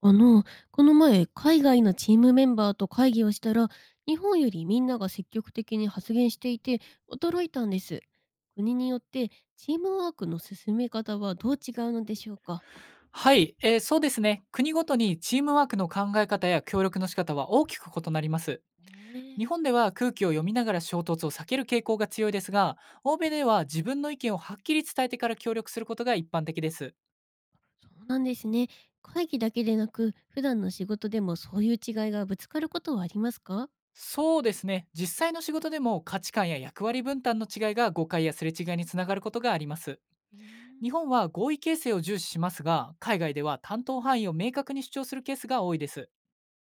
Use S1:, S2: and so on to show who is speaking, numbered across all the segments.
S1: あの、この前、海外のチームメンバーと会議をしたら、日本よりみんなが積極的に発言していて、驚いたんです。国によって、チームワークの進め方はどう違うのでしょうか？
S2: はい、そうですね。国ごとにチームワークの考え方や協力の仕方は大きく異なります。
S1: ね
S2: 日
S1: え。
S2: 本では空気を読みながら衝突を避ける傾向が強いですが、欧米では自分の意見をはっきり伝えてから協力することが一般的です。
S1: そうなんですね。会議だけでなく、普段の仕事でもそういう違いがぶつかることはありますか？
S2: そうですね。実際の仕事でも価値観や役割分担の違いが誤解やすれ違いにつながることがあります。
S1: うー
S2: 日
S1: ん。
S2: 本は合意形成を重視しますが、海外では担当範囲を明確に主張するケースが多いです。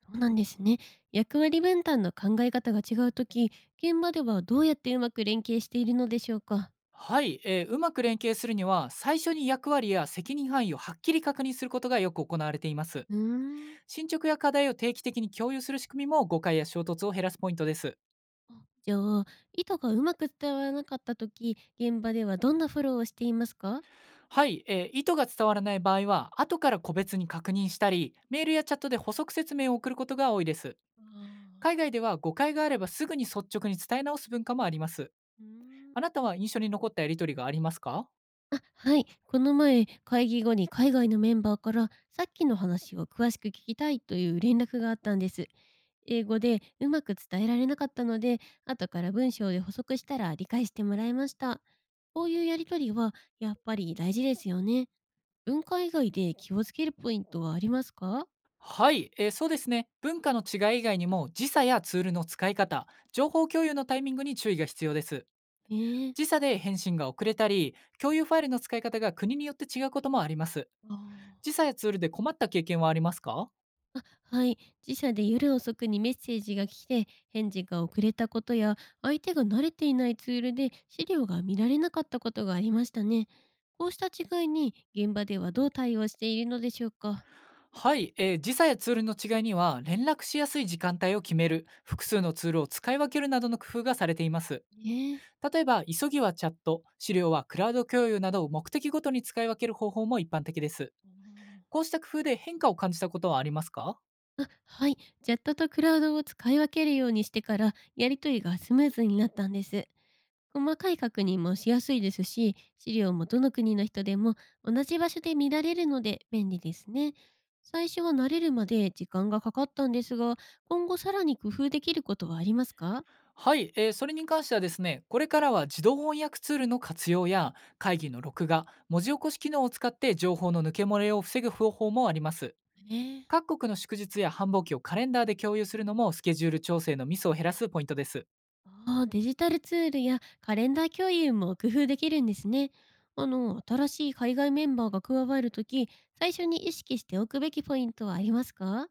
S1: そうなんですね。役割分担の考え方が違うとき、現場ではどうやってうまく連携しているのでしょうか？
S2: はい、うまく連携するには最初に役割や責任範囲をはっきり確認することがよく行われています。
S1: うーん。
S2: 進捗や課題を定期的に共有する仕組みも誤解や衝突を減らすポイントです。
S1: あ、じゃあ、意図がうまく伝わらなかった時、現場ではどんなフォローをしていますか？
S2: はい、意図が伝わらない場合は後から個別に確認したりメールやチャットで補足説明を送ることが多いです。
S1: あ。
S2: 海外では誤解があればすぐに率直に伝え直す文化もあります。
S1: うーん。
S2: あなたは印象に残ったやり取りがありますか。
S1: あ、はい。この前、会議後に海外のメンバーから、さっきの話を詳しく聞きたいという連絡があったんです。英語でうまく伝えられなかったので、後から文章で補足したら理解してもらいました。こういうやりとりはやっぱり大事ですよね。文化以外で気をつけるポイントはありますか？
S2: はい、そうですね。文化の違い以外にも時差やツールの使い方、情報共有のタイミングに注意が必要です。
S1: ええ。
S2: 時差で返信が遅れたり、共有ファイルの使い方が国によって違うこともあります。
S1: ああ。
S2: 時差やツールで困った経験はありますか。
S1: あ、はい。自社で夜遅くにメッセージが来て返事が遅れたことや、相手が慣れていないツールで資料が見られなかったことがありましたね。こうした違いに現場ではどう対応しているのでしょうか。
S2: はい、時差やツールの違いには連絡しやすい時間帯を決める、複数のツールを使い分けるなどの工夫がされています。
S1: ねえ。
S2: 例えば、急ぎはチャット、資料はクラウド共有などを目的ごとに使い分ける方法も一般的です。
S1: うん。
S2: こうした工夫で変化を感じたことはありますか？
S1: あ、はい。チャットとクラウドを使い分けるようにしてから、やりとりがスムーズになったんです。細かい確認もしやすいですし、資料もどの国の人でも同じ場所で見られるので便利ですね。最初は慣れるまで時間がかかったんですが、今後さらに工夫できることはありますか？
S2: はい、それに関してはですね、これからは自動翻訳ツールの活用や会議の録画、文字起こし機能を使って情報の抜け漏れを防ぐ方法もあります。
S1: ね。
S2: 各国の祝日や繁忙期をカレンダーで共有するのもスケジュール調整のミスを減らすポイントです。
S1: ああ、デジタルツールやカレンダー共有も工夫できるんですね。新しい海外メンバーが加わるとき、最初に意識しておくべきポイントはありますか？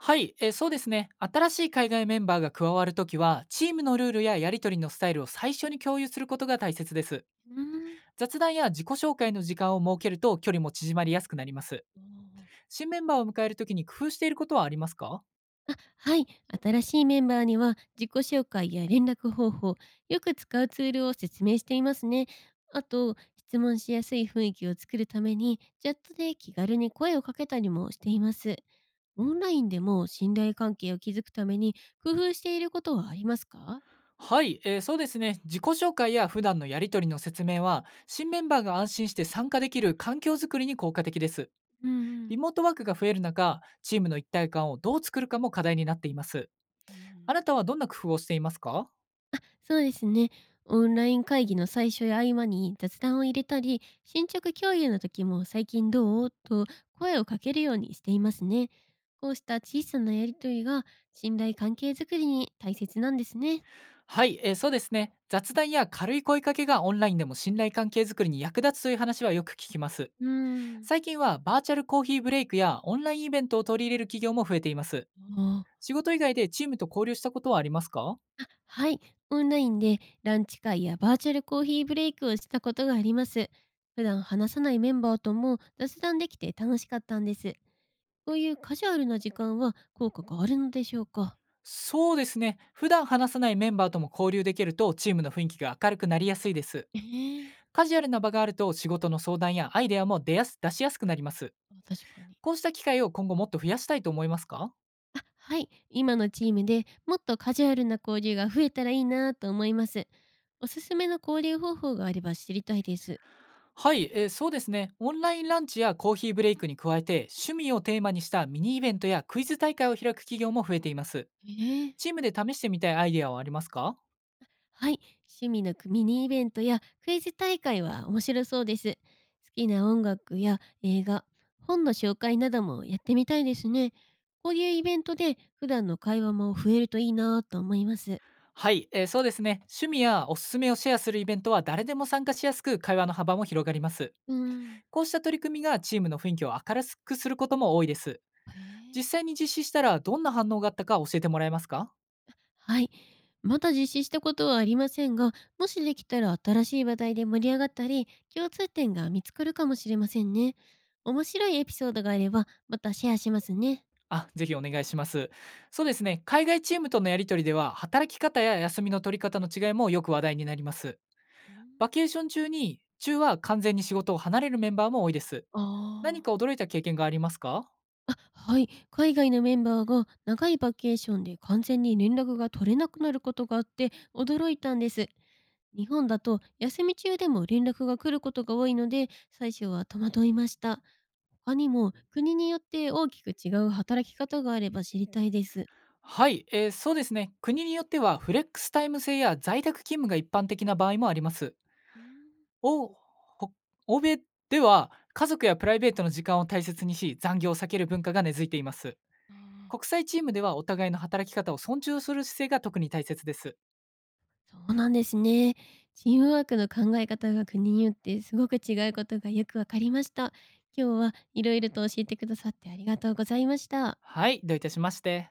S2: はい、そうですね。新しい海外メンバーが加わるときは、チームのルールややり取りのスタイルを最初に共有することが大切です。
S1: うん。
S2: 雑談や自己紹介の時間を設けると距離も縮まりやすくなります。
S1: ーん。
S2: 新メンバーを迎えるときに工夫していることはありますか。
S1: あ、はい。新しいメンバーには自己紹介や連絡方法、よく使うツールを説明していますね。あと、質問しやすい雰囲気を作るために、チャットで気軽に声をかけたりもしています。オンラインでも信頼関係を築くために工夫していることはありますか？
S2: はい、そうですね。自己紹介や普段のやり取りの説明は、新メンバーが安心して参加できる環境づくりに効果的です。
S1: うんう
S2: リ
S1: ん。
S2: モートワークが増える中、チームの一体感をどう作るかも課題になっています。
S1: うん。
S2: あなたはどんな工夫をしていますか。
S1: そうですね。オンライン会議の最初や合間に雑談を入れたり、進捗共有の時も最近どうと声をかけるようにしていますね。こうした小さなやりとりが信頼関係づくりに大切なんですね。
S2: はい、そうですね。雑談や軽い声かけがオンラインでも信頼関係づくりに役立つという話はよく聞きます。
S1: うーん。
S2: 最近はバーチャルコーヒーブレイクやオンラインイベントを取り入れる企業も増えています。
S1: ああ。
S2: 仕事以外でチームと交流したことはありますか。
S1: あ、はい。オンラインでランチ会やバーチャルコーヒーブレイクをしたことがあります。普段話さないメンバーとも雑談できて楽しかったんです。こういうカジュアルな時間は効果があるのでしょうか？
S2: そうですね。普段話さないメンバーとも交流できるとチームの雰囲気が明るくなりやすいです。
S1: ええ。
S2: カジュアルな場があると仕事の相談やアイデアも出しやすくなります。
S1: あ、確かに。
S2: こうした機会を今後もっと増やしたいと思いますか。
S1: あ、はい。今のチームでもっとカジュアルな交流が増えたらいいなと思います。おすすめの交流方法があれば知りたいです。
S2: はい、そうですね。オンラインランチやコーヒーブレイクに加えて、趣味をテーマにしたミニイベントやクイズ大会を開く企業も増えています。
S1: ええ。
S2: チームで試してみたいアイデアはありますか。
S1: はい。趣味のミニイベントやクイズ大会は面白そうです。好きな音楽や映画、本の紹介などもやってみたいですね。こういうイベントで普段の会話も増えるといいなと思います。
S2: はい、そうですね。趣味やおすすめをシェアするイベントは誰でも参加しやすく、会話の幅も広がります。
S1: うん。
S2: こうした取り組みがチームの雰囲気を明るくすることも多いです。
S1: へ。
S2: 実
S1: え。
S2: 際に実施したらどんな反応があったか教えてもらえますか。
S1: はい。まだ実施したことはありませんが、もしできたら新しい話題で盛り上がったり、共通点が見つかるかもしれませんね。面白いエピソードがあれば、またシェアしますね。
S2: あ、ぜひお願いします。そうですね。海外チームとのやり取りでは、働き方や休みの取り方の違いもよく話題になります。
S1: うん。
S2: バケーション中は完全に仕事を離れるメンバーも多いです。何
S1: あ
S2: か驚いた経験がありますか。
S1: あ、あ、はい。海外のメンバーが長いバケーションで完全に連絡が取れなくなることがあって驚いたんです。日本だと休み中でも連絡が来ることが多いので最初は戸惑いました。他にも国によって大きく違う働き方があれば知りたいです。
S2: はい、そうですね。国によってはフレックスタイム制や在宅勤務が一般的な場合もあります。
S1: うーん。
S2: おほ欧米では家族やプライベートの時間を大切にし残業を避ける文化が根付いています。
S1: あ
S2: 国
S1: あ。
S2: 際チームではお互いの働き方を尊重する姿勢が特に大切です。
S1: そうなんですね。チームワークの考え方が国によってすごく違うことがよくわかりました。今日はいろいろと教えてくださってありがとうございました。
S2: はい、どういたしまして。